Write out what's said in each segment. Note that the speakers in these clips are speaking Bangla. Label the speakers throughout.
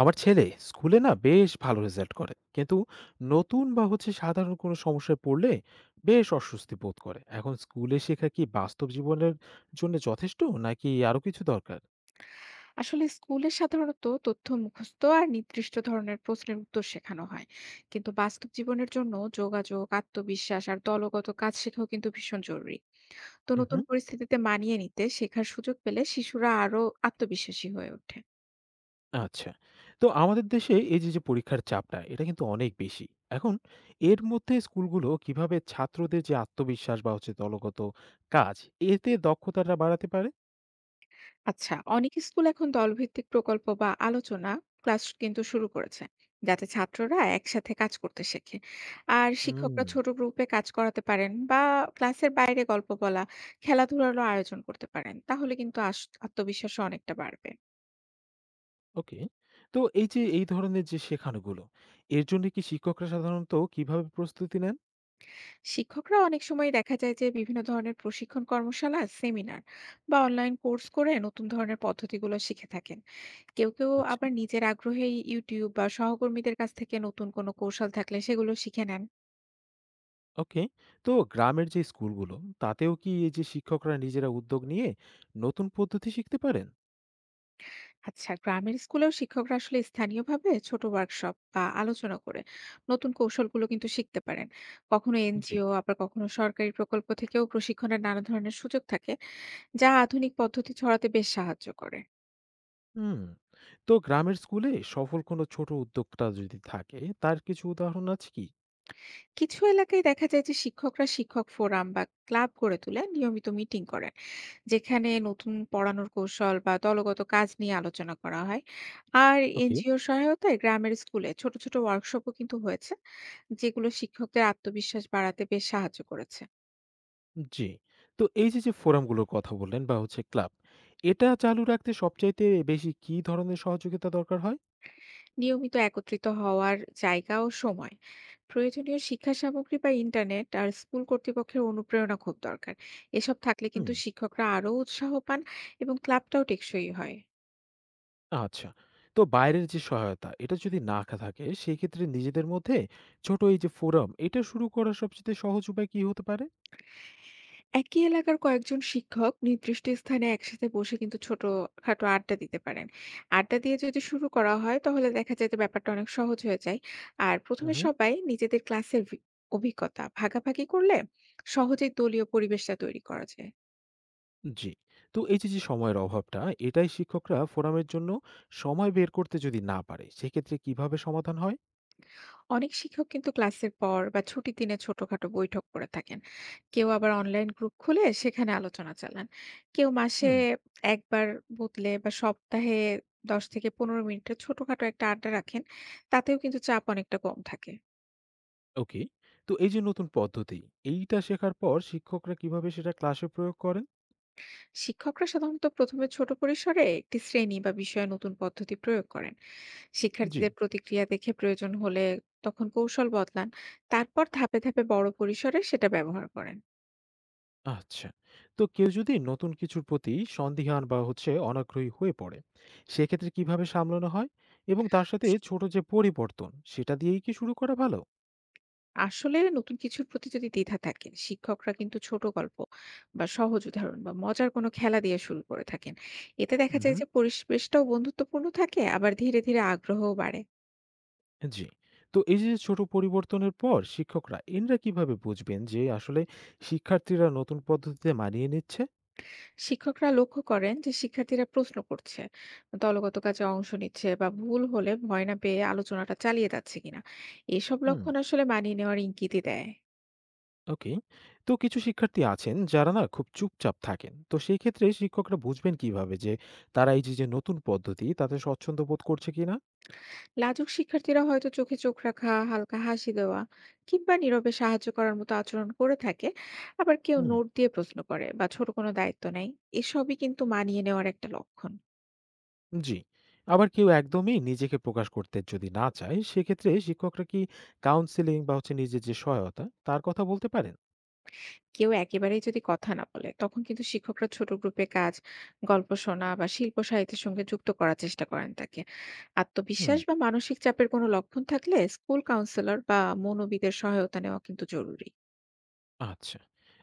Speaker 1: আমার ছেলে স্কুলে বেশ ভালো রেজাল্ট করে কিন্তু নতুন বা হচ্ছে সাধারণ কোনো সমস্যায় পড়লে বেশ অস্বস্তি বোধ করে। এখন স্কুলে শেখা কি বাস্তব জীবনের জন্য যথেষ্ট, নাকি আরো কিছু দরকার?
Speaker 2: আসলে স্কুলে সাধারণত তথ্য মুখস্থ আর নির্দিষ্ট ধরনের প্রশ্নের উত্তর শেখানো হয়। কিন্তু বাস্তব জীবনের জন্য যোগাযোগ, আত্মবিশ্বাস আর দলগত কাজ শেখাও কিন্তু ভীষণ জরুরি। তো নতুন
Speaker 1: হুম
Speaker 2: পরিস্থিতিতে মানিয়ে নিতে শেখার সুযোগ পেলে শিশুরা আরো আত্মবিশ্বাসী হয়ে ওঠে।
Speaker 1: আচ্ছা, তো আমাদের দেশে এই যে যে পরীক্ষার চাপটা, এটা কিন্তু অনেক বেশি এখন। এর মধ্যে স্কুলগুলো কিভাবে ছাত্রদের যে আত্মবিশ্বাস বা হচ্ছে দলগত কাজ, এতে দক্ষতাটা বাড়াতে পারে?
Speaker 2: আচ্ছা, অনেক স্কুল এখন দলভিত্তিক প্রকল্প বা আলোচনা ক্লাস কিন্তু শুরু করেছে, যাতে ছাত্ররা একসাথে কাজ করতে শেখে। আর
Speaker 1: হুম
Speaker 2: শিক্ষকরা ছোট গ্রুপে কাজ করাতে পারেন বা ক্লাসের বাইরে গল্প বলা, খেলাধুলারও আয়োজন করতে পারেন, তাহলে কিন্তু আত্মবিশ্বাসও অনেকটা বাড়বে।
Speaker 1: ওকে। তো এই যে এই ধরনের যে শেখানোগুলো, এর জন্য কি শিক্ষকরা সাধারণত কিভাবে প্রস্তুতি নেন?
Speaker 2: শিক্ষকরা অনেক সময় দেখা যায় যে বিভিন্ন ধরনের প্রশিক্ষণ, কর্মশালা, সেমিনার বা অনলাইন কোর্স করে নতুন ধরনের পদ্ধতিগুলো শিখে থাকেন। কেউ কেউ
Speaker 1: আচ্ছা।
Speaker 2: আবার নিজের আগ্রহেই ইউটিউব বা সহকর্মীদের কাছ থেকে নতুন কোনো কৌশল থাকলে সেগুলো শিখে নেন।
Speaker 1: ওকে। তো গ্রামের যে স্কুলগুলো, তাতেও কি এই যে শিক্ষকরা নিজেরা উদ্যোগ নিয়ে নতুন পদ্ধতি শিখতে পারেন?
Speaker 2: আচ্ছা, গ্রামের স্কুলেও শিক্ষকরা আসলে স্থানীয়ভাবে ছোট ওয়ার্কশপ বা আলোচনা করে নতুন কৌশলগুলো কিন্তু শিখতে পারেন। কখনো
Speaker 1: জি।
Speaker 2: এনজিও, আবার কখনো সরকারি প্রকল্প থেকেও প্রশিক্ষণের নানা ধরনের সুযোগ থাকে, যা আধুনিক পদ্ধতি ছড়াতে বেশ সাহায্য করে।
Speaker 1: হুম। তো গ্রামের স্কুলে সফল কোনো ছোট উদ্যোক্তা যদি থাকে, তার কিছু উদাহরণ আছে কি?
Speaker 2: কিছু এলাকায় দেখা যায় যে শিক্ষকরা শিক্ষক ফোরাম বা ক্লাব গড়ে তুলে নিয়মিত মিটিং করেন, যেখানে নতুন পড়ানোর কৌশল বা দলগত কাজ নিয়ে আলোচনা করা হয়। আর
Speaker 1: ওকে।
Speaker 2: এনজিও সহায়তায় গ্রামের স্কুলে ছোট ছোট ওয়ার্কশপও কিন্তু হয়েছে, যেগুলো শিক্ষকদের আত্মবিশ্বাস বাড়াতে বেশ সাহায্য করেছে।
Speaker 1: জি। তো এই যে, যে ফোরামগুলোর কথা বললেন বা হচ্ছে ক্লাব, এটা চালু রাখতে সবচাইতে বেশি কি ধরনের সহযোগিতা দরকার হয়?
Speaker 2: নিয়মিত একত্রিত হওয়ার জায়গা ও সময়, প্রয়োজনীয় শিক্ষা সামগ্রী বা ইন্টারনেট আর স্কুল কর্তৃপক্ষের অনুপ্রেরণা খুব দরকার। এসব থাকলে
Speaker 1: হুম।
Speaker 2: কিন্তু শিক্ষকরা আরো উৎসাহ পান এবং ক্লাবটাও টেকসই হয়।
Speaker 1: আচ্ছা। তো বাইরের যে সহায়তা, এটা যদি না থাকে, সেক্ষেত্রে নিজেদের মধ্যে ছোট এই যে ফোরাম, এটা শুরু করার সবচেয়ে সহজ উপায় কি হতে পারে?
Speaker 2: একই এলাকার কয়েকজন শিক্ষক নির্দিষ্ট স্থানে একসাথে বসে কিন্তু ছোটখাটো আড্ডা দিতে পারেন। আড্ডা দিয়ে যদি শুরু করা হয়, তাহলে দেখা যায় যে ব্যাপারটা অনেক সহজ হয়ে যায়। আর ১ম
Speaker 1: উম
Speaker 2: এ
Speaker 1: হুম।
Speaker 2: সবাই নিজেদের ক্লাসের অভিজ্ঞতা ভাগাভাগি করলে সহজেই দলীয় পরিবেশটা তৈরি করা যায়।
Speaker 1: জি। তো এই যে, যে সময়ের অভাবটা, এটাই শিক্ষকরা ফোরামের জন্য সময় বের করতে যদি না পারে, সেক্ষেত্রে কিভাবে সমাধান হয়?
Speaker 2: অনেক শিক্ষক কিন্তু ক্লাসের পর বা ছুটির দিনে ছোটখাটো বৈঠক করে থাকেন। কেউ আবার অনলাইন গ্রুপ খুলে সেখানে আলোচনা চালান। কেউ মাসে
Speaker 1: হুম
Speaker 2: একবার বদলে বা সপ্তাহে ১০ থেকে ১৫ মিনিটের ছোটখাটো একটা আড্ডা রাখেন, তাতেও কিন্তু চাপ অনেকটা কম থাকে।
Speaker 1: ওকে। তো এই যে নতুন পদ্ধতি, এইটা শেখার পর শিক্ষকরা কিভাবে সেটা ক্লাসে প্রয়োগ করেন?
Speaker 2: শিক্ষকরা সাধারণত প্রথমে ছোট পরিসরে একটি শ্রেণী বা বিষয়ে নতুন পদ্ধতি প্রয়োগ করেন।
Speaker 1: জি।
Speaker 2: শিক্ষার্থীদের প্রতিক্রিয়া দেখে প্রয়োজন হলে তখন কৌশল বদলান, তারপর ধাপে ধাপে বড় পরিসরে সেটা ব্যবহার করেন।
Speaker 1: আচ্ছা। তো কেউ যদি নতুন কিছুর প্রতি সন্দিহান বা হচ্ছে অনাগ্রহী হয়ে পড়ে, সেক্ষেত্রে কিভাবে সামলানো হয়? এবং তার সাথে ছোট যে পরিবর্তন, সেটা দিয়েই কি শুরু করা ভালো?
Speaker 2: আসলে নতুন কিছুর প্রতি যদি দ্বিধা থাকে, শিক্ষকরা কিন্তু ছোট গল্প বা সহজ উদাহরণ বা মজার কোনো খেলা দিয়ে শুরু করে থাকেন। এতে দেখা যায়
Speaker 1: হুম।
Speaker 2: যে পরিবেশটাও বন্ধুত্বপূর্ণ থাকে, আবার ধীরে ধীরে আগ্রহও বাড়ে।
Speaker 1: জি। তো এই যে ছোট পরিবর্তনের পর শিক্ষকরা কিভাবে বুঝবেন যে আসলে শিক্ষার্থীরা নতুন পদ্ধতিতে মানিয়ে নিচ্ছে?
Speaker 2: শিক্ষকরা লক্ষ্য করেন যে শিক্ষার্থীরা প্রশ্ন করছে, দলগত কাজে অংশ নিচ্ছে বা ভুল হলে ভয় না পেয়ে আলোচনাটা চালিয়ে যাচ্ছে কিনা। এসব
Speaker 1: হুম
Speaker 2: লক্ষণ আসলে মানিয়ে নেওয়ার ইঙ্গিতই দেয়।
Speaker 1: ওকে। তো কিছু শিক্ষার্থী আছেন যারা খুব চুপচাপ থাকেন, তো সেই ক্ষেত্রে শিক্ষকরা বুঝবেন কিভাবে যে তারা এই যে যে নতুন পদ্ধতি, তাতে স্বচ্ছন্দ বোধ করছে কিনা?
Speaker 2: লাজুক শিক্ষার্থীরা হয়তো চোখে চোখ রাখা, হালকা হাসি দেওয়া কিংবা নীরবে সাহায্য করার মতো আচরণ করে থাকে। আবার কেউ নোট দিয়ে প্রশ্ন করে বা ছোট কোনো দায়িত্ব নেয়। এসবই কিন্তু মানিয়ে নেওয়ার একটা লক্ষণ।
Speaker 1: জি। আবার কেউ একদমই নিজেকে প্রকাশ করতে যদি না চায়, সেক্ষেত্রে শিক্ষকরা কি কাউন্সেলিং বা হচ্ছে নিজের যে সহায়তা, তার কথা বলতে পারেন?
Speaker 2: কেউ একেবারেই যদি কথা না বলে, তখন কিন্তু শিক্ষকরা ছোট গ্রুপে কাজ, গল্প শোনা বা শিল্প সাহিত্যের সঙ্গে যুক্ত করার চেষ্টা করেন তাকে।
Speaker 1: হুম।
Speaker 2: আত্মবিশ্বাস বা মানসিক চাপের কোনো লক্ষণ থাকলে স্কুল কাউন্সিলর বা মনোবিদের সহায়তা নেওয়া কিন্তু জরুরি।
Speaker 1: আচ্ছা।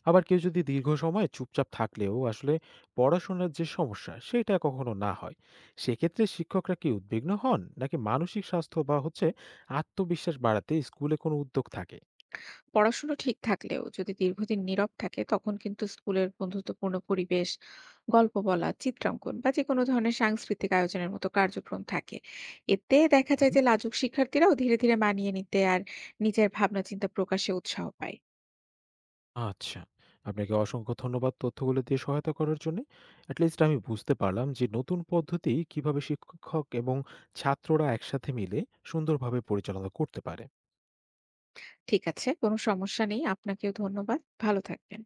Speaker 1: আবার কেউ যদি দীর্ঘ সময় চুপচাপ থাকলেও আসলে পড়াশোনার যে সমস্যা, সেটা কখনো না হয়, সেক্ষেত্রে শিক্ষকরা কি উদ্বিগ্ন হন? নাকি মানসিক স্বাস্থ্য বা হচ্ছে আত্মবিশ্বাস বাড়াতে স্কুলে কোনো উদ্যোগ থাকে?
Speaker 2: পড়াশোনা ঠিক থাকলেও যদি দীর্ঘদিন নীরব থাকে, তখন কিন্তু স্কুলের বন্ধুত্বপূর্ণ পরিবেশ, গল্প বলা, চিত্রাঙ্কন বা যে কোনো ধরনের সাংস্কৃতিক আয়োজনের মতো কার্যক্রম থাকে। এতে দেখা যায় যে লাজুক শিক্ষার্থীরাও ধীরে ধীরে মানিয়ে নিতে আর নিজের ভাবনা চিন্তা প্রকাশে উৎসাহ পায়।
Speaker 1: আচ্ছা। আপনাকে অসংখ্য ধন্যবাদ তথ্যগুলো দিয়ে সহায়তা করার জন্যে। এট লিস্ট আমি বুঝতে পারলাম যে নতুন পদ্ধতি কিভাবে শিক্ষক এবং ছাত্ররা একসাথে মিলে সুন্দরভাবে পরিচালনা করতে পারে।
Speaker 2: ঠিক আছে, কোনো সমস্যা নেই। আপনাকেও ধন্যবাদ, ভালো থাকবেন।